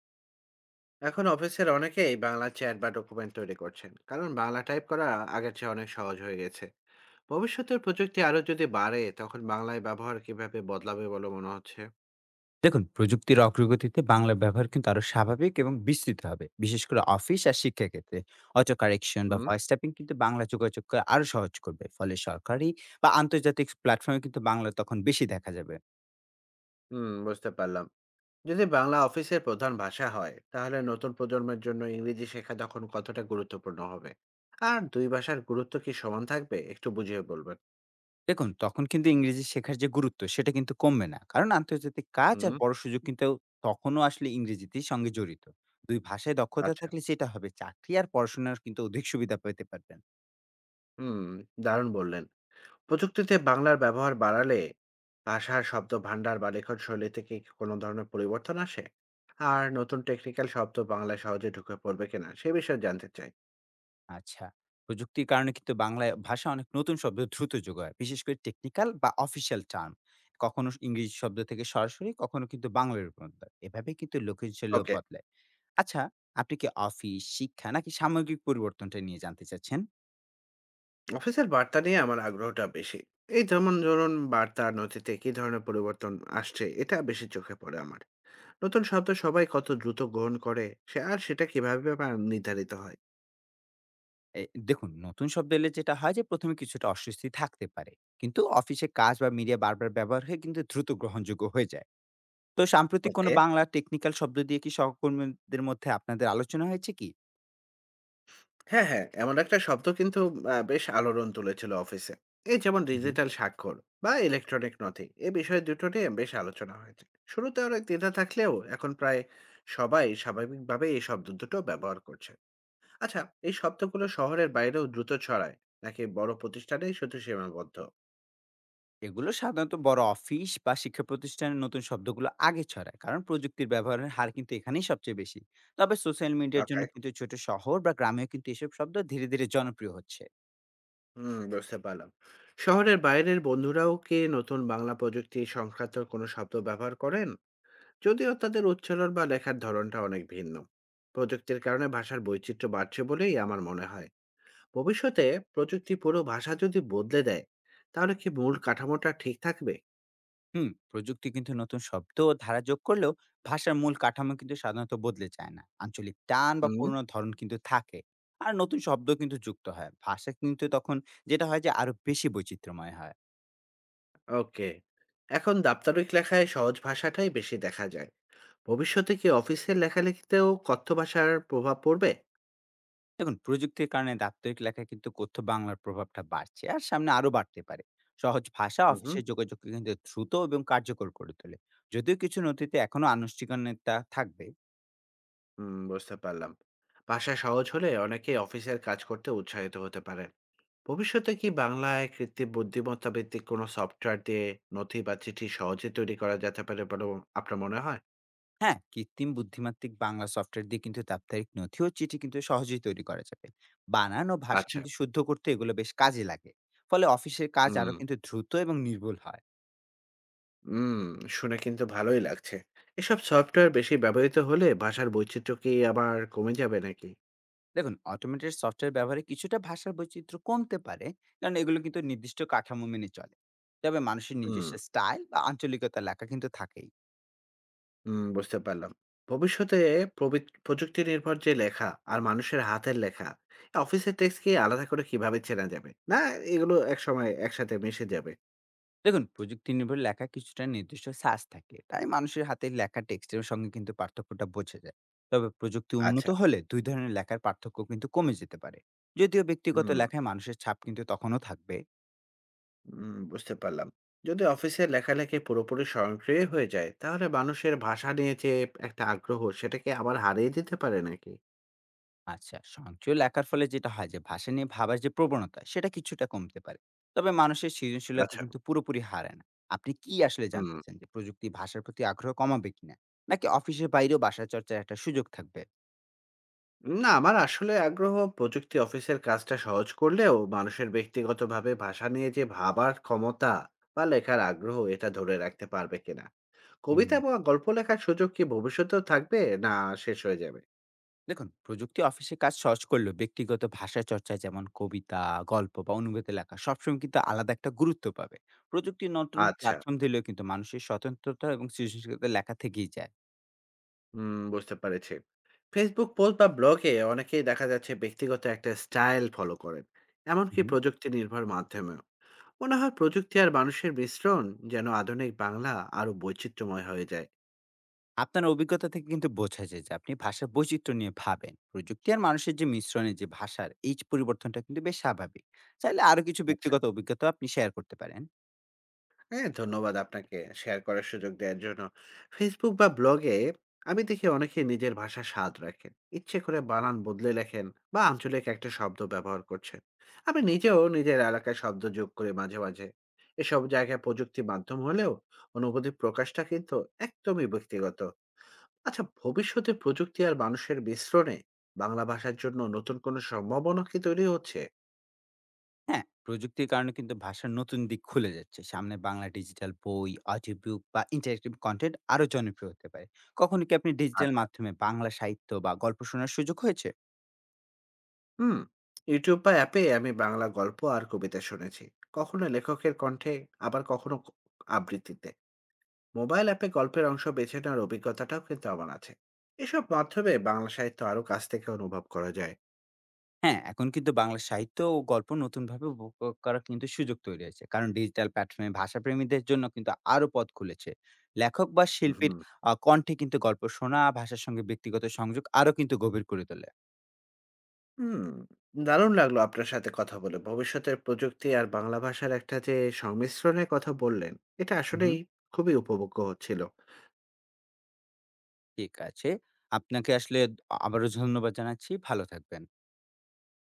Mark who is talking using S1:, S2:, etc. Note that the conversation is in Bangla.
S1: এখন অফিসের অনেকেই বাংলা চ্যাট বা ডকুমেন্ট তৈরি করছেন, কারণ বাংলা টাইপ করা আগের চেয়ে অনেক সহজ হয়ে গেছে। ভবিষ্যতের প্রযুক্তি আরো যদি বাড়ে, তখন বাংলায় ব্যবহার কিভাবে বদলাবে বলে মনে হচ্ছে?
S2: দেখুন, প্রযুক্তির অগ্রগতিতে বাংলা ব্যবহার কিন্তু আরো স্বাভাবিক এবং বিস্তৃত হবে, বিশেষ করে অফিস আর শিক্ষাক্ষেত্রে। অটো কারেকশন বা
S1: হুম।
S2: ভয়েস ট্যাপিং কিন্তু বাংলা যোগাযোগকে আরো সহজ করবে, ফলে সরকারি বা আন্তর্জাতিক প্ল্যাটফর্মে কিন্তু বাংলা তখন বেশি দেখা যাবে।
S1: হুম, বুঝতে পারলাম। যদি বাংলা অফিসের প্রধান ভাষা হয়, তাহলে নতুন প্রজন্মের জন্য ইংরেজি শেখা তখন কতটা গুরুত্বপূর্ণ হবে? আর দুই ভাষার গুরুত্ব কি সমান থাকবে, একটু বুঝিয়ে বলবেন?
S2: দেখুন, তখন কিন্তু ইংরেজি শেখার যে গুরুত্ব সেটা কিন্তু কমবে না, কারণ আন্তর্জাতিক কাজ আর
S1: হুম।
S2: বড় সুযোগ কিন্তু তখনও আসলে ইংরেজিটির সঙ্গে জড়িত। দুই ভাষায় দক্ষতা
S1: আচ্ছা।
S2: থাকলে সেটা হবে চাকরি আর পড়াশোনার কিন্তু অধিক সুবিধা পেতে পারবেন।
S1: হুম। দারুণ বললেন। প্রযুক্তিতে বাংলার ব্যবহার বাড়ালে ভাষার শব্দ ভাণ্ডার বা লেখন শৈলীতে কি কোনো ধরনের পরিবর্তন আসে? আর নতুন টেকনিক্যাল শব্দ বাংলায় সহজে ঢুকে পড়বে কিনা, সে বিষয়ে জানতে চাই।
S2: আচ্ছা। প্রযুক্তির কারণে কিন্তু বাংলায় ভাষা অনেক নতুন শব্দ দ্রুত যোগ হয়, বিশেষ করে টেকনিক্যাল বা অফিসিয়াল টার্ম। কখনো ইংরেজি শব্দ থেকে সরাসরি, কখনো কিন্তু বাংলায় রূপান্তর। এভাবে কিন্তু লোকশৈলীও
S1: ওকে।
S2: বদলায়। আচ্ছা, আপনি কি অফিস, শিক্ষা নাকি সামগ্রিক পরিবর্তনটা নিয়ে জানতে চাচ্ছেন?
S1: অফিসের বার্তা নিয়ে আমার আগ্রহটা বেশি। এই যেমন ধরুন, বার্তা নথিতে কি ধরনের পরিবর্তন আসছে, এটা বেশি চোখে পড়ে আমার। নতুন শব্দ সবাই কত দ্রুত গ্রহণ করে সে আর সেটা কিভাবে বা নির্ধারিত হয়।
S2: এ দেখুন, নতুন শব্দ এলে যেটা হয় যে ১ম এ কিছুটা অস্বস্তি থাকতে পারে। কিন্তু অফিসে কাজ বা মিডিয়া বারবার ব্যবহার হয়ে কিন্তু দ্রুত গ্রহণযোগ্য হয়ে যায়। তো সাম্প্রতিক কোনো
S1: ওকে।
S2: বাংলা টেকনিক্যাল শব্দ দিয়ে কি সহকর্মীদের মধ্যে আপনাদের আলোচনা হয়েছে কি?
S1: হ্যাঁ, হ্যাঁ। এমন একটা শব্দ কিন্তু বেশ আলোড়ন তুলেছিল অফিসে। এই যেমন
S2: হু, হু।
S1: ডিজিটাল স্বাক্ষর বা ইলেকট্রনিক নথি। এ বিষয় দুটো নিয়ে বেশ আলোচনা হয়েছে। শুরুতে অনেক দ্বিধা থাকলেও এখন প্রায় সবাই স্বাভাবিকভাবে এই শব্দ দুটো ব্যবহার করছে। আচ্ছা, এই শব্দগুলো শহরের বাইরেও দ্রুত ছড়ায়, নাকি বড় প্রতিষ্ঠানেই শুধু সীমাবদ্ধ?
S2: এগুলো সাধারণত বড় অফিস বা শিক্ষা প্রতিষ্ঠানে নতুন শব্দগুলো আগে ছড়ায়, কারণ প্রযুক্তির ব্যবহারের হার কিন্তু এখানেই সবচেয়ে বেশি। তবে সোশ্যাল মিডিয়ার
S1: ওকে,
S2: জন্য কিন্তু ছোট শহর বা গ্রামেও কিন্তু এসব শব্দ ধীরে ধীরে জনপ্রিয় হচ্ছে।
S1: হুম, বুঝতে পারলাম। শহরের বাইরের বন্ধুরাও কি নতুন বাংলা প্রযুক্তি সংক্রান্ত কোনো শব্দ ব্যবহার করেন? যদিও তাদের উচ্চারণ বা লেখার ধরনটা অনেক ভিন্ন, প্রযুক্তির কারণে ভাষার বৈচিত্র্য বাড়ছে বলেই আমার মনে হয়। ভবিষ্যতে প্রযুক্তি পুরো ভাষা যদি বদলে দেয়, তাহলে কি মূল কাঠামোটা ঠিক থাকবে?
S2: হুম, প্রযুক্তি কিন্তু নতুন শব্দ ও ধারা যোগ করলেও ভাষার মূল কাঠামো কিন্তু সাধারণত বদলে যায় না। আঞ্চলিক টান বা
S1: হুম।
S2: পুরনো ধরন কিন্তু থাকে। আর নতুন শব্দ কিন্তু যুক্ত হয়, ভাষা কিন্তু তখন যেটা হয় যে আরো বেশি বৈচিত্র্যময় হয়।
S1: ওকে। এখন দাপ্তরিক লেখায় সহজ ভাষাটাই বেশি দেখা যায়। ভবিষ্যতে কি অফিসের লেখালেখিতেও কথ্য ভাষার প্রভাব পড়বে?
S2: দেখুন, প্রযুক্তির কারণে দাপ্তরিক লেখায় কিন্তু কথ্য বাংলার প্রভাবটা বাড়ছে, আর সামনে আরো বাড়তে পারে। সহজ ভাষা
S1: হুম।
S2: অফিসের যোগাযোগকে কিন্তু দ্রুত এবং কার্যকর করে তোলে। যদিও কিছু নথিতে এখনো আনুষ্ঠানিকতা থাকবে।
S1: হুম, বুঝতে পারলাম। ভাষা সহজ হলে অনেকেই অফিসের কাজ করতে উৎসাহিত হতে পারে। ভবিষ্যতে কি বাংলায় কৃত্রিম বুদ্ধিমত্তা ভিত্তিক কোনো সফটওয়্যার দিয়ে নথি বা চিঠি সহজে তৈরি করা যেতে পারে বলে আপনার মনে হয়?
S2: হ্যাঁ, কৃত্রিম বুদ্ধিমাত্তিক বাংলা সফটওয়্যার দিয়ে কিন্তু দাপ্তরিক নথি ও চিঠি কিন্তু সহজেই তৈরি করা যাবে। বানান ও ভাষা
S1: আচ্ছা।
S2: কিন্তু শুদ্ধ করতে এগুলো বেশ কাজে লাগে। ফলে অফিসের কাজ
S1: হুম,
S2: আরো কিন্তু দ্রুত এবং নির্ভুল হয়।
S1: হুম, শুনে কিন্তু ভালোই লাগছে। এসব সফটওয়্যার বেশি ব্যবহৃত হলে ভাষার বৈচিত্র্য কি আবার কমে যাবে নাকি?
S2: দেখুন, অটোমেটেড সফটওয়্যার ব্যবহারে কিছুটা ভাষার বৈচিত্র্য কমতে পারে, কারণ এগুলো কিন্তু নির্দিষ্ট কাঠামো মেনে চলে। তবে মানুষের
S1: হুম,
S2: নিজস্ব স্টাইল বা আঞ্চলিকতা লেখা কিন্তু থাকেই।
S1: হুম, বুঝতে পারলাম। ভবিষ্যতে প্রবিত প্রযুক্তি নির্ভর যে লেখা আর মানুষের হাতের লেখা, অফিসের টেক্সট কি আলাদা করে কিভাবে চেনা যাবে? না এগুলো একসময় একসাথে মিশে যাবে?
S2: দেখুন, প্রযুক্তি নির্ভর লেখা কিছুটা নির্দিষ্ট সাজ থাকে, তাই মানুষের হাতে লেখা টেক্সটের সঙ্গে কিন্তু পার্থক্যটা বোঝা যায়। তবে প্রযুক্তি উন্নত
S1: আচ্ছা,
S2: হলে দুই ধরনের লেখার পার্থক্য কিন্তু কমে যেতে পারে। যদিও ব্যক্তিগত
S1: হুম।
S2: লেখায় মানুষের ছাপ কিন্তু তখনও থাকবে।
S1: বুঝতে পারলাম। যদি অফিসের লেখালেখি পুরোপুরি স্বয়ংক্রিয় হয়ে যায়, তাহলে মানুষের ভাষা নিয়ে যে একটা আগ্রহ, সেটাকে আবার হারিয়ে দিতে পারে নাকি?
S2: আচ্ছা, সঞ্চয় লেখার ফলে যেটা হয় যে ভাষা নিয়ে ভাবার যে প্রবণতা সেটা কিছুটা কমতে পারে। তবে মানুষের সৃজনশীলতা
S1: আচ্ছা।
S2: কিন্তু পুরোপুরি হারায় না। আপনি কি আসলে
S1: হুম।
S2: জানতে চান যে প্রযুক্তি ভাষার প্রতি আগ্রহ কমাবে কিনা? নাকি অফিসের বাইরেও ভাষা চর্চার একটা সুযোগ থাকবে?
S1: না, আমার আসলে আগ্রহ, প্রযুক্তি অফিসের কাজটা সহজ করলেও মানুষের ব্যক্তিগতভাবে ভাষা নিয়ে যে ভাবার ক্ষমতা বা লেখার আগ্রহ, এটা ধরে রাখতে পারবে কিনা।
S2: হুম।
S1: কবিতা বা গল্প লেখার সুযোগ কি ভবিষ্যতেও থাকবে, না শেষ হয়ে যাবে?
S2: দেখুন, প্রযুক্তি অফিসে কাজ সহজ করলেও ব্যক্তিগত ভাষা চর্চা যেমন কবিতা, গল্প বা অনুবাদে লেখা সবসময় কিন্তু আলাদা একটা গুরুত্ব পাবে। প্রযুক্তির নতুন
S1: আচ্ছা।
S2: প্ল্যাটফর্ম দিলেও কিন্তু মানুষের স্বতন্ত্রতা এবং সৃজনশীলতা লেখা থেকেই যায়।
S1: হুম, বুঝতে পেরেছি। Facebook পোস্ট বা ব্লগে অনেকেই দেখা যাচ্ছে ব্যক্তিগত একটা স্টাইল ফলো করেন, এমনকি
S2: হুম।
S1: প্রযুক্তি নির্ভর মাধ্যমেও। মনে হয় প্রযুক্তি আর মানুষের মিশ্রণ যেন আধুনিক বাংলা আরো বৈচিত্র্যময় হয়ে যায়।
S2: আপনার অভিজ্ঞতা থেকে কিন্তু বোঝা যায় যে আপনি ভাষার বৈচিত্র্য নিয়ে ভাবেন। প্রযুক্তি আর মানুষের যে মিশ্রণে যে ভাষার এই যে পরিবর্তনটা কিন্তু বেশ স্বাভাবিক। চাইলে আরো কিছু
S1: আচ্ছা।
S2: ব্যক্তিগত অভিজ্ঞতা আপনি শেয়ার করতে পারেন।
S1: হ্যাঁ, ধন্যবাদ আপনাকে শেয়ার করার সুযোগ দেওয়ার জন্য। Facebook বা ব্লগে আমি দেখি অনেকেই নিজের ভাষার স্বাদ রাখেন। ইচ্ছে করে বানান বদলে লেখেন বা আঞ্চলিক একটা শব্দ ব্যবহার করছেন। আমি নিজেও নিজের এলাকায় শব্দ যোগ করি মাঝে, মাঝে। এসব জায়গায় প্রযুক্তি মাধ্যম হলেও অনুভূতি প্রকাশটা কিন্তু একদমই ব্যক্তিগত। আচ্ছা, ভবিষ্যতে প্রযুক্তি আর মানুষের মিশ্রণে বাংলা ভাষার জন্য নতুন কোনো সম্ভাবনা কি তৈরি হচ্ছে?
S2: হ্যাঁ, প্রযুক্তির কারণে কিন্তু ভাষার নতুন দিক খুলে যাচ্ছে। সামনে বাংলা ডিজিটাল বই, অডিও বুক বা ইন্টারেক্টিভ কনটেন্ট আরো জনপ্রিয় হতে পারে। কখনো কি আপনি ডিজিটাল
S1: আচ্ছা।
S2: মাধ্যমে বাংলা সাহিত্য বা গল্প শোনার সুযোগ হয়েছে?
S1: হুম। ইউটিউব বা অ্যাপে আমি বাংলা গল্প আর কবিতা শুনেছি, কখনো লেখকের কণ্ঠে, আবার কখনো আবৃত্তিতে। মোবাইল অ্যাপে গল্পের অংশ বেছে নেওয়ার অভিজ্ঞতাটাও কিন্তু আমার আছে। এসব মাধ্যমে বাংলা সাহিত্য আরো কাছ থেকে অনুভব করা যায়।
S2: হ্যাঁ, এখন কিন্তু বাংলা সাহিত্য ও গল্প নতুনভাবে উপভোগ করার কিন্তু সুযোগ তৈরি হয়েছে, কারণ ডিজিটাল প্ল্যাটফর্মে ভাষাপ্রেমীদের জন্য কিন্তু আরো পথ খুলেছে। লেখক বা
S1: হুম।
S2: শিল্পীর কণ্ঠে কিন্তু গল্প শোনা, ভাষার সঙ্গে ব্যক্তিগত সংযোগ আরো কিন্তু গভীর করে তোলে।
S1: হুম, দারুণ লাগলো আপনার সাথে কথা বলে। ভবিষ্যতের প্রযুক্তি আর বাংলা ভাষার একটা যে সংমিশ্রণের কথা বললেন, এটা
S2: হুম,
S1: আসলেই খুবই উপভোগ্য হচ্ছিল।
S2: ঠিক আছে। আপনাকে আসলে আবারও ধন্যবাদ জানাচ্ছি। ভালো থাকবেন।